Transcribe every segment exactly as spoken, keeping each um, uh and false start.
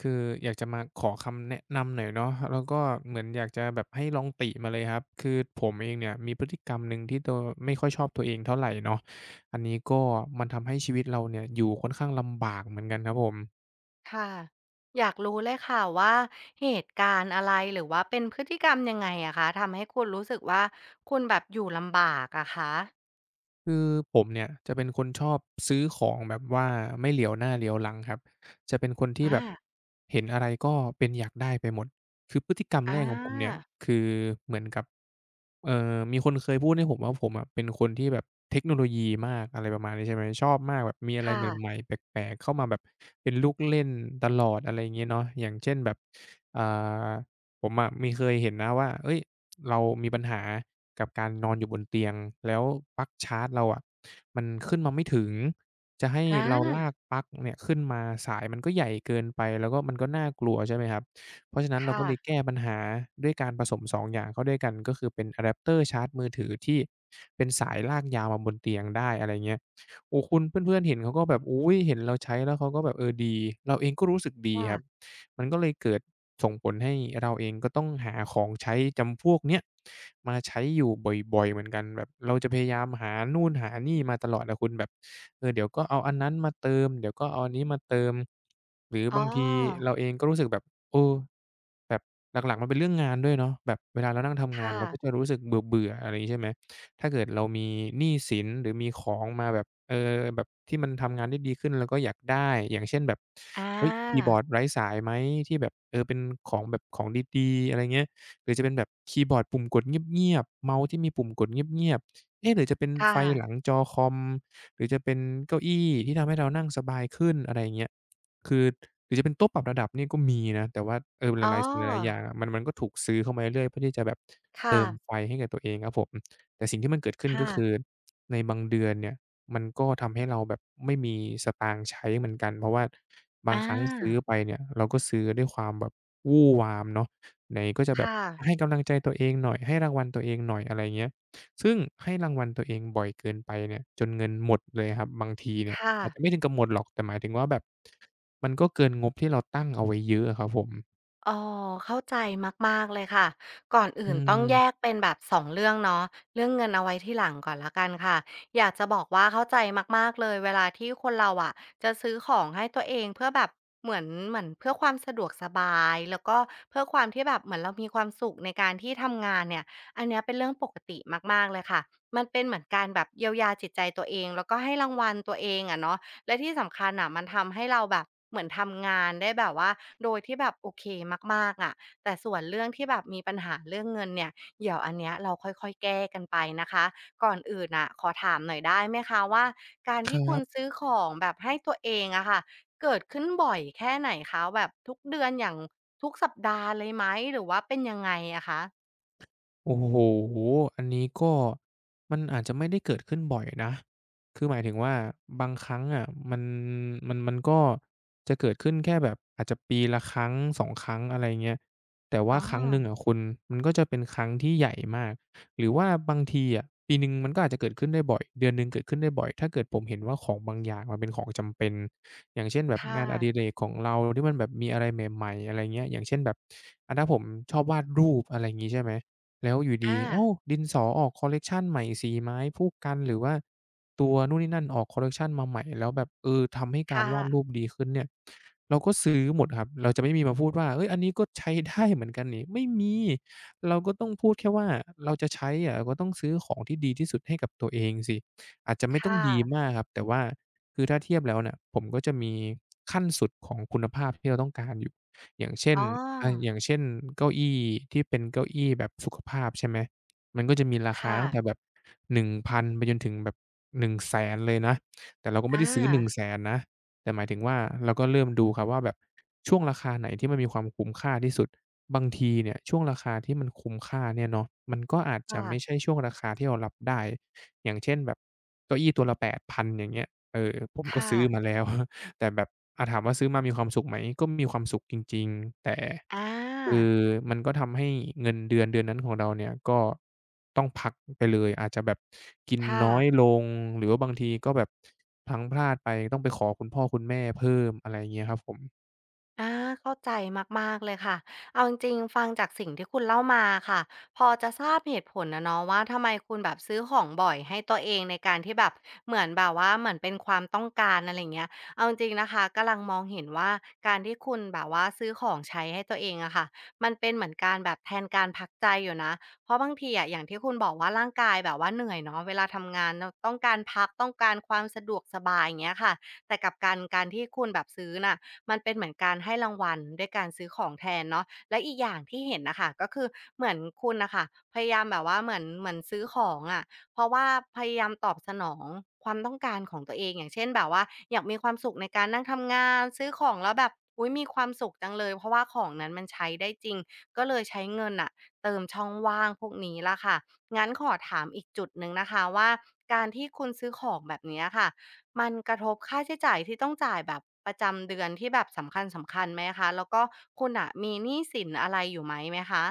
คืออยากจะมาขอคำแนะนำหน่อยเนาะแล้วก็เหมือนอยากจะแบบให้ลองติมาเลยครับคือผมเองเนี่ยมีพฤติกรรมหนึ่งที่ตัวไม่ค่อยชอบตัวเองเท่าไรเนาะอันนี้ก็มันทำให้ชีวิตเราเนี่ยอยู่ค่อนข้างลำบากเหมือนกันครับผม ค่ะอยากรู้เลยค่ะว่าเหตุการณ์อะไรหรือว่าเป็นพฤติกรรมยังไงอะคะทำให้คุณรู้สึกว่าคุณแบบอยู่ลำบากอะคะคือผมเนี่ยจะเป็นคนชอบซื้อของแบบว่าไม่เหลียวหน้าเหลียวหลังครับจะเป็นคนที่อาแบบเห็นอะไรก็เป็นอยากได้ไปหมดคือพฤติกรรมอแรกของผมเนี่ยาคือเหมือนกับเอ่อมีคนเคยพูดให้ผมว่าผมอะเป็นคนที่แบบเทคโนโลยีมากอะไรประมาณนี้ใช่ไหมชอบมากแบบมีอะไรค่ะใหม่ๆแปลกๆเข้ามาแบบเป็นลูกเล่นตลอดอะไรอย่างงี้เนาะอย่างเช่นแบบอ่าผมอะมีเคยเห็นนะว่าเฮ้ยเรามีปัญหา กับการนอนอยู่บนเตียงแล้วปลั๊กชาร์จเราอะมันขึ้นมาไม่ถึงจะให้อาเราลากปลั๊กเนี่ยขึ้นมาสายมันก็ใหญ่เกินไปแล้วก็มันก็น่ากลัวใช่ไหมครับเพราะฉะนั้นเราก็ค่ะเลยแก้ปัญหาด้วยการผสมสองอย่างเข้าด้วยกันก็คือเป็นอะแดปเตอร์ชาร์จมือถือที่เป็นสายลากยาวมาบนเตียงได้อะไรเงี้ยโอ้คุณเพื่อนๆเห็นเขาก็แบบอุ๊ยเห็นเราใช้แล้วเขาก็แบบเออดีเราเองก็รู้สึกดีครับ ค่ะมันก็เลยเกิดส่งผลให้เราเองก็ต้องหาของใช้จำพวกเนี้ยมาใช้อยู่บ่อยๆเหมือนกันแบบเราจะพยายามหานู่นหานี่มาตลอดอะคุณแบบเออเดี๋ยวก็เอาอันนั้นมาเติมเดี๋ยวก็เอาอันนี้มาเติมหรืออ๋บางทีอเราเองก็รู้สึกแบบเออแบบหลักๆมันเป็นเรื่องงานด้วยเนาะแบบเวลาเรานั่งทำงานค่ะเราก็จะรู้สึกเบื่อๆอะไรงี้ใช่ไหม ถ้าเกิดเรามีหนี้สินหรือมีของมาแบบเออแบบที่มันทำงานได้ดีขึ้นเราก็อยากได้อย่างเช่นแบบอาเฮ้ยคีย์บอร์ดไร้สายไหมที่แบบเออเป็นของแบบของดีๆอะไรเงี้ยหรือจะเป็นแบบคีย์บอร์ดปุ่มกดเงียบๆเมาส์ที่มีปุ่มกดเงียบๆเอ๊ะหรือจะเป็นไฟค่ะหลังจอคอมหรือจะเป็นเก้าอี้ที่ทำให้เรานั่งสบายขึ้นอะไรอย่างเงี้ยคือหรือจะเป็นโต๊ะปรับระดับนี่ก็มีนะแต่ว่าเออหอ๋ลายๆสิ่งหลายๆออย่างอะมันมันก็ถูกซื้อเข้ามาเรื่อยๆเพื่อที่จะแบบค่ะเติมไฟให้กับตัวเองครับผม แต่สิ่งที่มันเกิดขึ้นก็ค่ะคือในบางเดือนเนี่ยมันก็ทำให้เราแบบไม่มีสตางค์ใช้เหมือนกันเพราะว่าบางอาครั้งซื้อไปเนี่ยเราก็ซื้อด้วยความแบบวู่วามเนาะไหนก็จะแบบค่ะให้กำลังใจตัวเองหน่อยให้รางวัลตัวเองหน่อยอะไรเงี้ยซึ่งให้รางวัลตัวเองบ่อยเกินไปเนี่ยจนเงินหมดเลยครับบางทีเนี่ยค่ะ อาจจะไม่ถึงกับหมดหรอกแต่หมายถึงว่าแบบมันก็เกินงบที่เราตั้งเอาไว้เยอะอะครับผมอ๋อเข้าใจมากๆเลยค่ะก่อนอือื่นต้องแยกมเป็นแบบสองเรื่องเนาะเรื่องเงินเอาไว้ที่หลังก่อนแล้วกันค่ะอยากจะบอกว่าเข้าใจมากๆเลยเวลาที่คนเราอะจะซื้อของให้ตัวเองเพื่อแบบเหมือนเหมือนเพื่อความสะดวกสบายแล้วก็เพื่อความที่แบบเหมือนเรามีความสุขในการที่ทำงานเนี่ยอันเนี้ยเป็นเรื่องปกติมากๆเลยค่ะมันเป็นเหมือนการแบบเยียวยาจิตใจตัวเองแล้วก็ให้รางวัลตัวเองอะเนาะ และที่สำคัญอ่ะมันทำให้เราแบบเหมือนทำงานได้แบบว่าโดยที่แบบโอเคมากๆอะแต่ส่วนเรื่องที่แบบมีปัญหาเรื่องเงินเนี่ยเดี๋ยวอันเนี้ยเราค่อยๆแก้กันไปนะคะก่อนอื่นน่ะขอถามหน่อยได้ไหมคะว่าการคที่คุรัณบ ซื้อของแบบให้ตัวเองอะค่ะเกิดขึ้นบ่อยแค่ไหนคะแบบทุกเดือนอย่างทุกสัปดาห์เลยไหมหรือว่าเป็นยังไงอะคะโอ้โหอันนี้ก็มันอาจจะไม่ได้เกิดขึ้นบ่อยนะ คือหมายถึงว่าบางครั้งอะมันมันมันก็จะเกิดขึ้นแค่แบบอาจจะปีละครั้งสองครั้งอะไรเงี้ยแต่ว่าอ๋อครั้งหนึ่งอะคุณมันก็จะเป็นครั้งที่ใหญ่มาก หรือว่าบางทีอะปีหนึ่งมันก็อาจจะเกิดขึ้นได้บ่อยเดือนหนึ่งเกิดขึ้นได้บ่อยถ้าเกิดผมเห็นว่าของบางอย่างมันเป็นของจำเป็นอย่างเช่นแบบค่ะงานอดิเรกของเราที่มันแบบมีอะไรใหม่ๆอะไรเงี้ยอย่างเช่นแบบอาถ้าผมชอบวาดรูปอะไรอย่างงี้ใช่ไหม แล้วอยู่ดีอาอ้าวดินสอออกคอลเลกชันใหม่สีไม้คู่กันหรือว่าตัวนู่นนี่นั่นออกคอลเลกชันมาใหม่แล้วแบบเออทำให้การค่ะวาดรูปดีขึ้นเนี่ยเราก็ซื้อหมดครับเราจะไม่มีมาพูดว่าเฮ้ยอันนี้ก็ใช้ได้เหมือนกันนี่ไม่มีเราก็ต้องพูดแค่ว่าเราจะใช้อะเราก็ต้องซื้อของที่ดีที่สุดให้กับตัวเองสิอาจจะไม่ต้องค่ะดีมากครับแต่ว่าคือถ้าเทียบแล้วเนี่ยผมก็จะมีขั้นสุดของคุณภาพที่เราต้องการอยู่ อย่างเช่นอ๋ออาอย่างเช่นเก้าอี้ที่เป็นเก้าอี้แบบสุขภาพใช่ไหมมันก็จะมีราคาค่ะตั้งแต่แบบหนึ่งพันไปจนถึงแบบหนึ่งแสนเลยนะแต่เราก็ไม่อาได้ซื้อหนึ่งแสนนะแต่หมายถึงว่าเราก็เริ่มดูครับว่าแบบช่วงราคาไหนที่มันมีความคุ้มค่าที่สุดบางทีเนี่ยช่วงราคาที่มันคุ้มค่าเนี่ยเนาะมันก็อาจจะไม่ใช่ค่ะ ช่วงราคาที่เรารับได้ อย่างเช่นแบบเก้าอี้ตัวละแปดพันอย่างเงี้ยเออผมก็ค่ะซื้อมาแล้ว แต่แบบอ่าถามว่าซื้อมามีความสุขไหมก็มีความสุขจริงๆแต่อ่คืาอมันก็ทำให้เงินเดือนเดือนนั้นของเราเนี่ยก็ต้องพักไปเลยอาจจะแบบกินค่ะ น้อยลงหรือว่าบางทีก็แบบพลั้งพลาดไปต้องไปขอคุณพ่อคุณแม่เพิ่มอะไรอย่างเงี้ยครับผม อาเข้าใจมากๆเลยค่ะเอาจริงๆฟังจากสิ่งที่คุณเล่ามาค่ะพอจะทราบเหตุผลนะเนาะว่าทำไมคุณแบบซื้อของบ่อยให้ตัวเองในการที่แบบเหมือนแบบว่าเหมือนเป็นความต้องการอะไร่าเงี้ยเอาจริงๆนะคะกำลังมองเห็นว่าการที่คุณแบบว่าซื้อของใช้ให้ตัวเองอะค่ะมันเป็นเหมือนการแบบแทนการพักใจอยู่นะเพราะบางทีอะอย่างที่คุณบอกว่าร่างกายแบบว่าเหนื่อยเนาะเวลาทำงานเราต้องการพักต้องการความสะดวกสบายอย่างเงี้ยค่ะแต่กับการการที่คุณแบบซื้อน่ะ มันเป็นเหมือนการให้รางวัลด้วยการซื้อของแทนเนาะและอีกอย่างที่เห็นน่ะค่ะก็คือเหมือนคุณน่ะค่ะพยายามแบบว่าเหมือนเหมือนซื้อของอะเพราะว่าพยายามตอบสนองความต้องการของตัวเองอย่างเช่นแบบว่าอยากมีความสุขในการนั่งทำงานซื้อของแล้วแบบอุ๊ยมีความสุขจังเลยเพราะว่าของนั้นมันใช้ได้จริงก็เลยใช้เงินน่ะเติมช่องว่างพวกนี้ล่ะค่ะงั้นขอถามอีกจุดหนึ่งนะคะว่าการที่คุณซื้อของแบบเนี้ยค่ะ มันกระทบค่าใช้จ่ายที่ต้องจ่ายแบบประจำเดือนที่แบบสำคัญสำคัญไหมคะแล้วก็คุณน่ะมีหนี้สินอะไรอยู่ไหมไหมคะ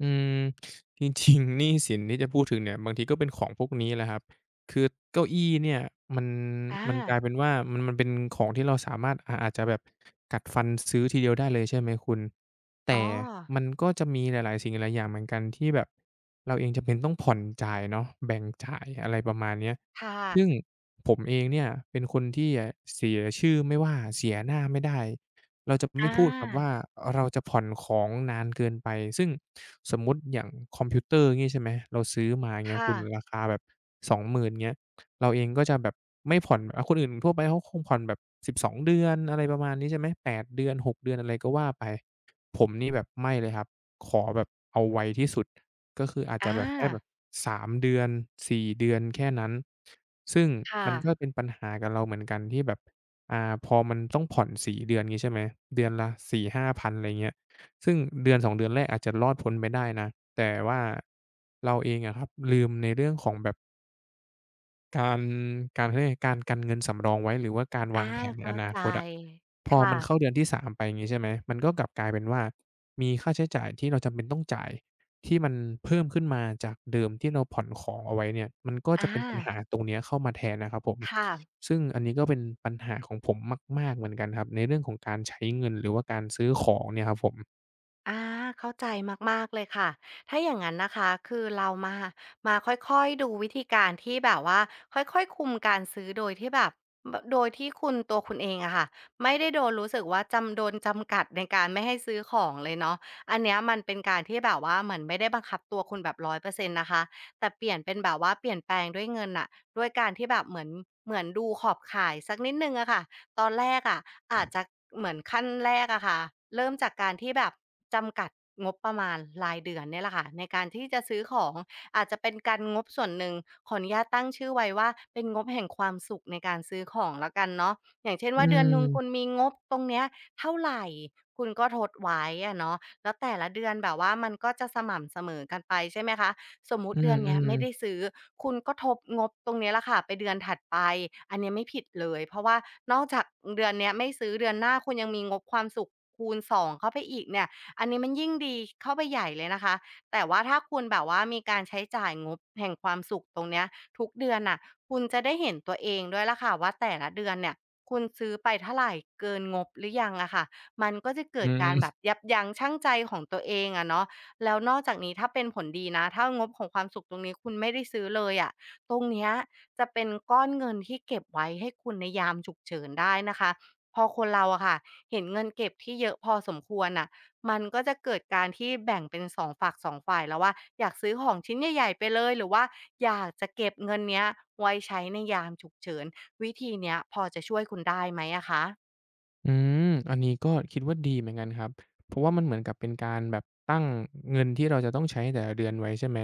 อืมจริงๆหนี้สินที่จะพูดถึงเนี่ยบางทีก็เป็นของพวกนี้แหละครับคือเก้าอี้เนี่ยมันอามันกลายเป็นว่ามันมันเป็นของที่เราสามารถอาอาจจะแบบกัดฟันซื้อทีเดียวได้เลยใช่ไหมคุณอ๋แต่อมันก็จะมีหลายๆสิ่งหลายอย่างเหมือนกันที่แบบเราเองจำเป็นต้องผ่อนจ่ายเนาะแบ่งจ่ายอะไรประมาณเนี้ยค่ะซึ่งผมเองเนี่ยเป็นคนที่อะเสียชื่อไม่ว่าเสียหน้าไม่ได้เราจะอไม่พูดครับว่าาเราจะผ่อนของนานเกินไปซึ่ง สมมุติอย่างคอมพิวเตอร์งี้ใช่ไหมเราซื้อมาเงี้ยค่ะคุณราคาแบบสองห0ื่นเงี้ยเราเองก็จะแบบไม่ผ่อนอาคนอื่นทั่วไปเขาคงผ่อนแบบสิบสอสองเดือนอะไรประมาณนี้ใช่ไหมแปดเดือนหกเดือนอะไรก็ว่าไปผมนี่แบบไม่เลยครับขอแบบเอาไวที่สุดก็คืออาจอจะแบบแค่แบาบสามเดือนสี่เดือนแค่นั้นซึ่งค่ะมันก็เป็นปัญหากับเราเหมือนกันที่แบบอ่าพอมันต้องผ่อนสี่เดือนงี้ใช่ไหมเดือนละสี่ ศูนย์ ศูนย์ ศูนย์าพันอะไรเงี้ย ซึ่งเดือนสองเดือนแรกอาจจะรอดพ้นไปได้นะ แต่ว่าเราเองอะครับลืมในเรื่องของแบบการการเขาเรียกไงการกันเงินสำรองไว้หรือว่าการวาอางแผนในอเข้านาใจคตอะพอค่ะมันเข้าเดือนที่สามไปอย่างงี้ใช่ไหมมันก็กลับกลายเป็นว่ามีค่าใช้จ่ายที่เราจำเป็นต้องจ่ายที่มันเพิ่มขึ้นมาจากเดิมที่เราผ่อนของเอาไว้เนี่ย มันก็จะอาเป็นปัญหาตรงเนี้ยเข้ามาแทนนะครับผมค่ะ ซึ่งอันนี้ก็เป็นปัญหาของผมมากๆเหมือนกันครับในเรื่องของการใช้เงินหรือว่าการซื้อของเนี่ยครับผมอาเข้าใจมากๆเลยค่ะถ้าอย่างงั้นนะคะคือเรามามาค่อยๆดูวิธีการที่แบบว่าค่อยๆคุมการซื้อโดยที่แบบโดยที่คุณตัวคุณเองอะค่ะไม่ได้โดนรู้สึกว่าจำโดนจำกัดในการไม่ให้ซื้อของเลยเนาะอันเนี้ยมันเป็นการที่แบบว่าเหมือนไม่ได้บังคับตัวคุณแบบร้อยเปอร์เซ็นต์นะคะแต่เปลี่ยนเป็นแบบว่าเปลี่ยนแปลงด้วยเงินอะด้วยการที่แบบเหมือนเหมือนดูขอบข่ายสักนิดหนึ่งอะค่ะ ตอนแรกอะอาจจะเหมือนขั้นแรกอะค่ะเริ่มจากการที่แบบจำกัดงบประมาณรายเดือนเนี่ยแหละค่ะในการที่จะซื้อของอาจจะเป็นการงบส่วนหนึ่งขออนุญาตตั้งชื่อไว้ว่าเป็นงบแห่งความสุขในการซื้อของแล้วกันเนาะอย่างเช่นอืว่าเดือนหนึ่งคุณม มีงบตรงเนี้ยเท่าไรคุณก็ทดไว้อะเนาะแล้วแต่ละเดือนแบบว่ามันก็จะสม่ำเสมอกันไปใช่ไหมคะ สมมุอืติเดืมอนอืเนี้ยม ไม่ ได้ซื้อคุณก็ทบงบตรงเนี้ยแหละค่ะไปเดือนถัดไปอันเนี้ยไม่ผิดเลยเพราะว่านอกจากเดือนเนี้ยไม่ซื้อเดือนหน้าคุณยังมีงบความสุขคูณสองเข้าไปอีกเนี่ยอันนี้มันยิ่งดีเข้าไปใหญ่เลยนะคะแต่ว่าถ้าคุณแบบว่ามีการใช้จ่ายงบแห่งความสุขตรงเนี้ยทุกเดือนน่ะคุณจะได้เห็นตัวเองด้วยล่ะค่ะว่าแต่ละเดือนเนี่ยคุณซื้อไปเท่าไรเกินงบหรือยังอะค่ะมันก็จะเกิดการอืแบบมยับยั้งชั่งใจของตัวเองอะเนาะ แล้วนอกจากนี้ถ้าเป็นผลดีนะถ้างบของความสุขตรงนี้คุณไม่ได้ซื้อเลยอะตรงเนี้ยจะเป็นก้อนเงินที่เก็บไว้ให้คุณในยามฉุกเฉินได้นะคะพอคนเราอะค่ะเห็นเงินเก็บที่เยอะพอสมควรน่ะมันก็จะเกิดการที่แบ่งเป็นสองฝักสองฝ่ายแล้วว่าอยากซื้อของชิ้นใหญ่ๆไปเลยหรือว่าอยากจะเก็บเงินเนี้ยไว้ใช้ในยามฉุกเฉินวิธีเนี้ยพอจะช่วยคุณได้ไหมอะคะอืมอันนี้ก็คิดว่าดีเหมือนกันครับเพราะว่ามันเหมือนกับเป็นการแบบตั้งเงินที่เราจะต้องใช้แต่ละเดือนไว้ใช่ไหม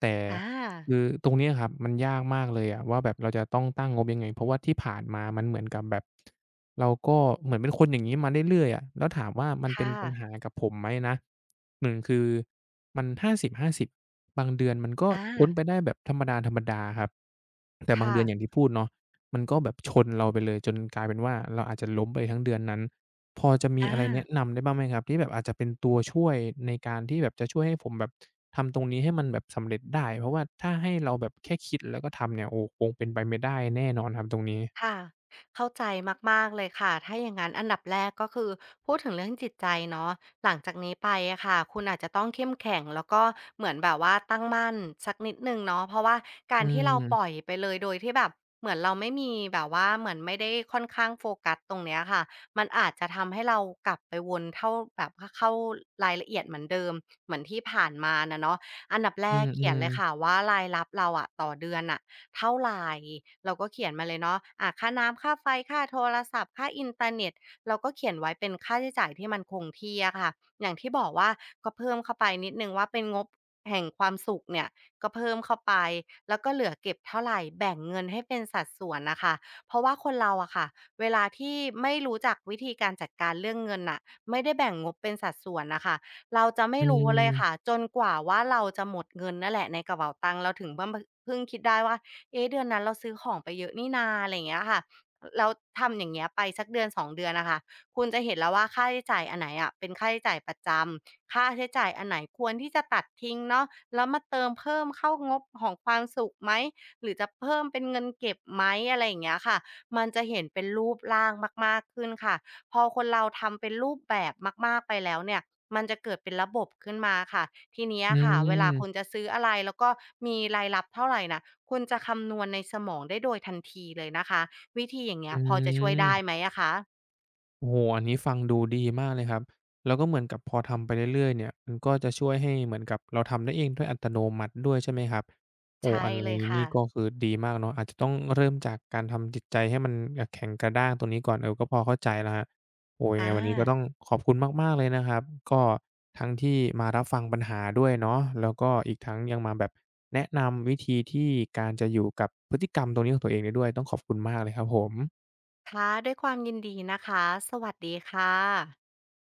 แต่อาคือตรงเนี้ยครับมันยากมากเลยอะว่าแบบเราจะต้องตั้งงบยังไงเพราะว่าที่ผ่านมามันเหมือนกับแบบเราก็เหมือนเป็นคนอย่างงี้มาเรื่อยๆอะแล้วถามว่ามันเป็นค่ะปัญหากับผมไหมนะหนึ่งคือมันห้าสิบห้าสิบบห้าสิบบางเดือนมันก็อาพ้นไปได้แบบธรรมดาๆครับแต่บางค่ะเดือนอย่างที่พูดเนาะ มันก็แบบชนเราไปเลยจนกลายเป็นว่าเราอาจจะล้มไปทั้งเดือนนั้นพอจะมีอา อะไรแนะนำได้บ้างไหมครับที่แบบอาจจะเป็นตัวช่วยในการที่แบบจะช่วยให้ผมแบบทำตรงนี้ให้มันแบบสำเร็จได้เพราะว่าถ้าให้เราแบบแค่คิดแล้วก็ทำเนี่ยโอ้คงเป็นไปไม่ได้แน่นอนครับตรงนี้ค่ะเข้าใจมากๆเลยค่ะถ้าอย่างนั้นอันดับแรกก็คือพูดถึงเรื่องจิตใจเนาะหลังจากนี้ไปอะค่ะคุณอาจจะต้องเข้มแข็งแล้วก็เหมือนแบบว่าตั้งมั่นสักนิดหนึ่งเนาะเพราะว่ากาอืรที่เราปมล่อยไปเลยโดยที่แบบเหมือนเราไม่มีแบบว่าเหมือนไม่ได้ค่อนข้างโฟกัสตรงเนี้ยค่ะมันอาจจะทำให้เรากลับไปวนเท่าแบบว่าเข้ารายละเอียดเหมือนเดิมเหมือนที่ผ่านมาน่ะเนาะอันดับแรอืกเขียนเลอยค่ะๆว่ารายรับเราอะต่อเดือนน่ะ เท่าไหรเราก็เขียนมาเลยเนาะอ่าค่าน้ำค่าไฟค่าโทรศัพท์ค่าอินเทอร์เน็ตเราก็เขียนไว้เป็นค่าใช้จ่ายที่มันคงที่อะค่ะอย่างที่บอกว่าก็เพิ่มเข้าไปนิดหนึ่งว่าเป็นงบแห่งความสุขเนี่ยก็เพิ่มเข้าไปแล้วก็เหลือเก็บเท่าไรแบ่งเงินให้เป็นสัดส่วนน่ะค่ะเพราะว่าคนเราอะค่ะเวลาที่ไม่รู้จักวิธีการจัดการเรื่องเงินน่ะไม่ได้แบ่งงบเป็นสัดส่วนน่ะค่ะเราจะไม่อืรู้เลยมค่ะจนกว่าว่าเราจะหมดเงินนั่นแหละในกระเป๋าตังค์เราถึงเพิ่มพเพิ่งคิดได้ว่า เอ๊ะเดือนนั้นเราซื้อของไปเยอะนี่นาอะไรอย่างเงี้ยค่ะแล้วทำอย่างเงี้ยไปสักเดือนสองเดือนน่ะค่ะคุณจะเห็นแล้วว่าค่าใช้จ่ายอันไหนอะเป็นค่าใช้จ่ายประจำค่าใช้จ่ายอันไหนควรที่จะตัดทิ้งเนาะแล้วมาเติมเพิ่มเข้างบของความสุขไหมหรือจะเพิ่มเป็นเงินเก็บไหมอะไรอย่างเงี้ยค่ะมันจะเห็นเป็นรูปร่างมากๆขึ้นค่ะ พอคนเราทำเป็นรูปแบบมากๆไปแล้วเนี่ย มันจะเกิดเป็นระบบขึ้นมาค่ะ ทีเนี้ยอืค่ะ เวลาคุณมจะซื้ออะไรแล้วก็มีรายรับเท่าไรน่ะคุณจะคำนวณในสมองได้โดยทันทีเลยนะคะ วิธีอย่างเงี้อืยพอจะช่วยได้ไหม มอะคะ โอ้โฮอันนี้ฟังดูดีมากเลยครับ แล้วก็เหมือนกับพอทำไปเรื่อยๆเนี่ยมันก็จะช่วยให้เหมือนกับเราทำได้เองด้วยอัตโนมัติด้วยใช่ไหมครับโอ้ใช่อันเลยนี้ค่ะนี่ก็คือดีมากเนาะอาจจะต้องเริ่มจากการทำจิตใจให้มันแบบแข็งกระด้างตรงนี้ก่อนเออก็พอเข้าใจแล้วครับโอ้ยังอาไงวันนี้ก็ต้องขอบคุณมากๆเลยนะครับก็ทั้งที่มารับฟังปัญหาด้วยเนาะแล้วก็อีกทั้งยังมาแบบแนะนำวิธีที่การจะอยู่กับพฤติกรรมตรงนี้ของตัวเองได้ด้วยต้องขอบคุณมากเลยครับผมค่ะด้วยความยินดีนะคะ สวัสดีค่ะ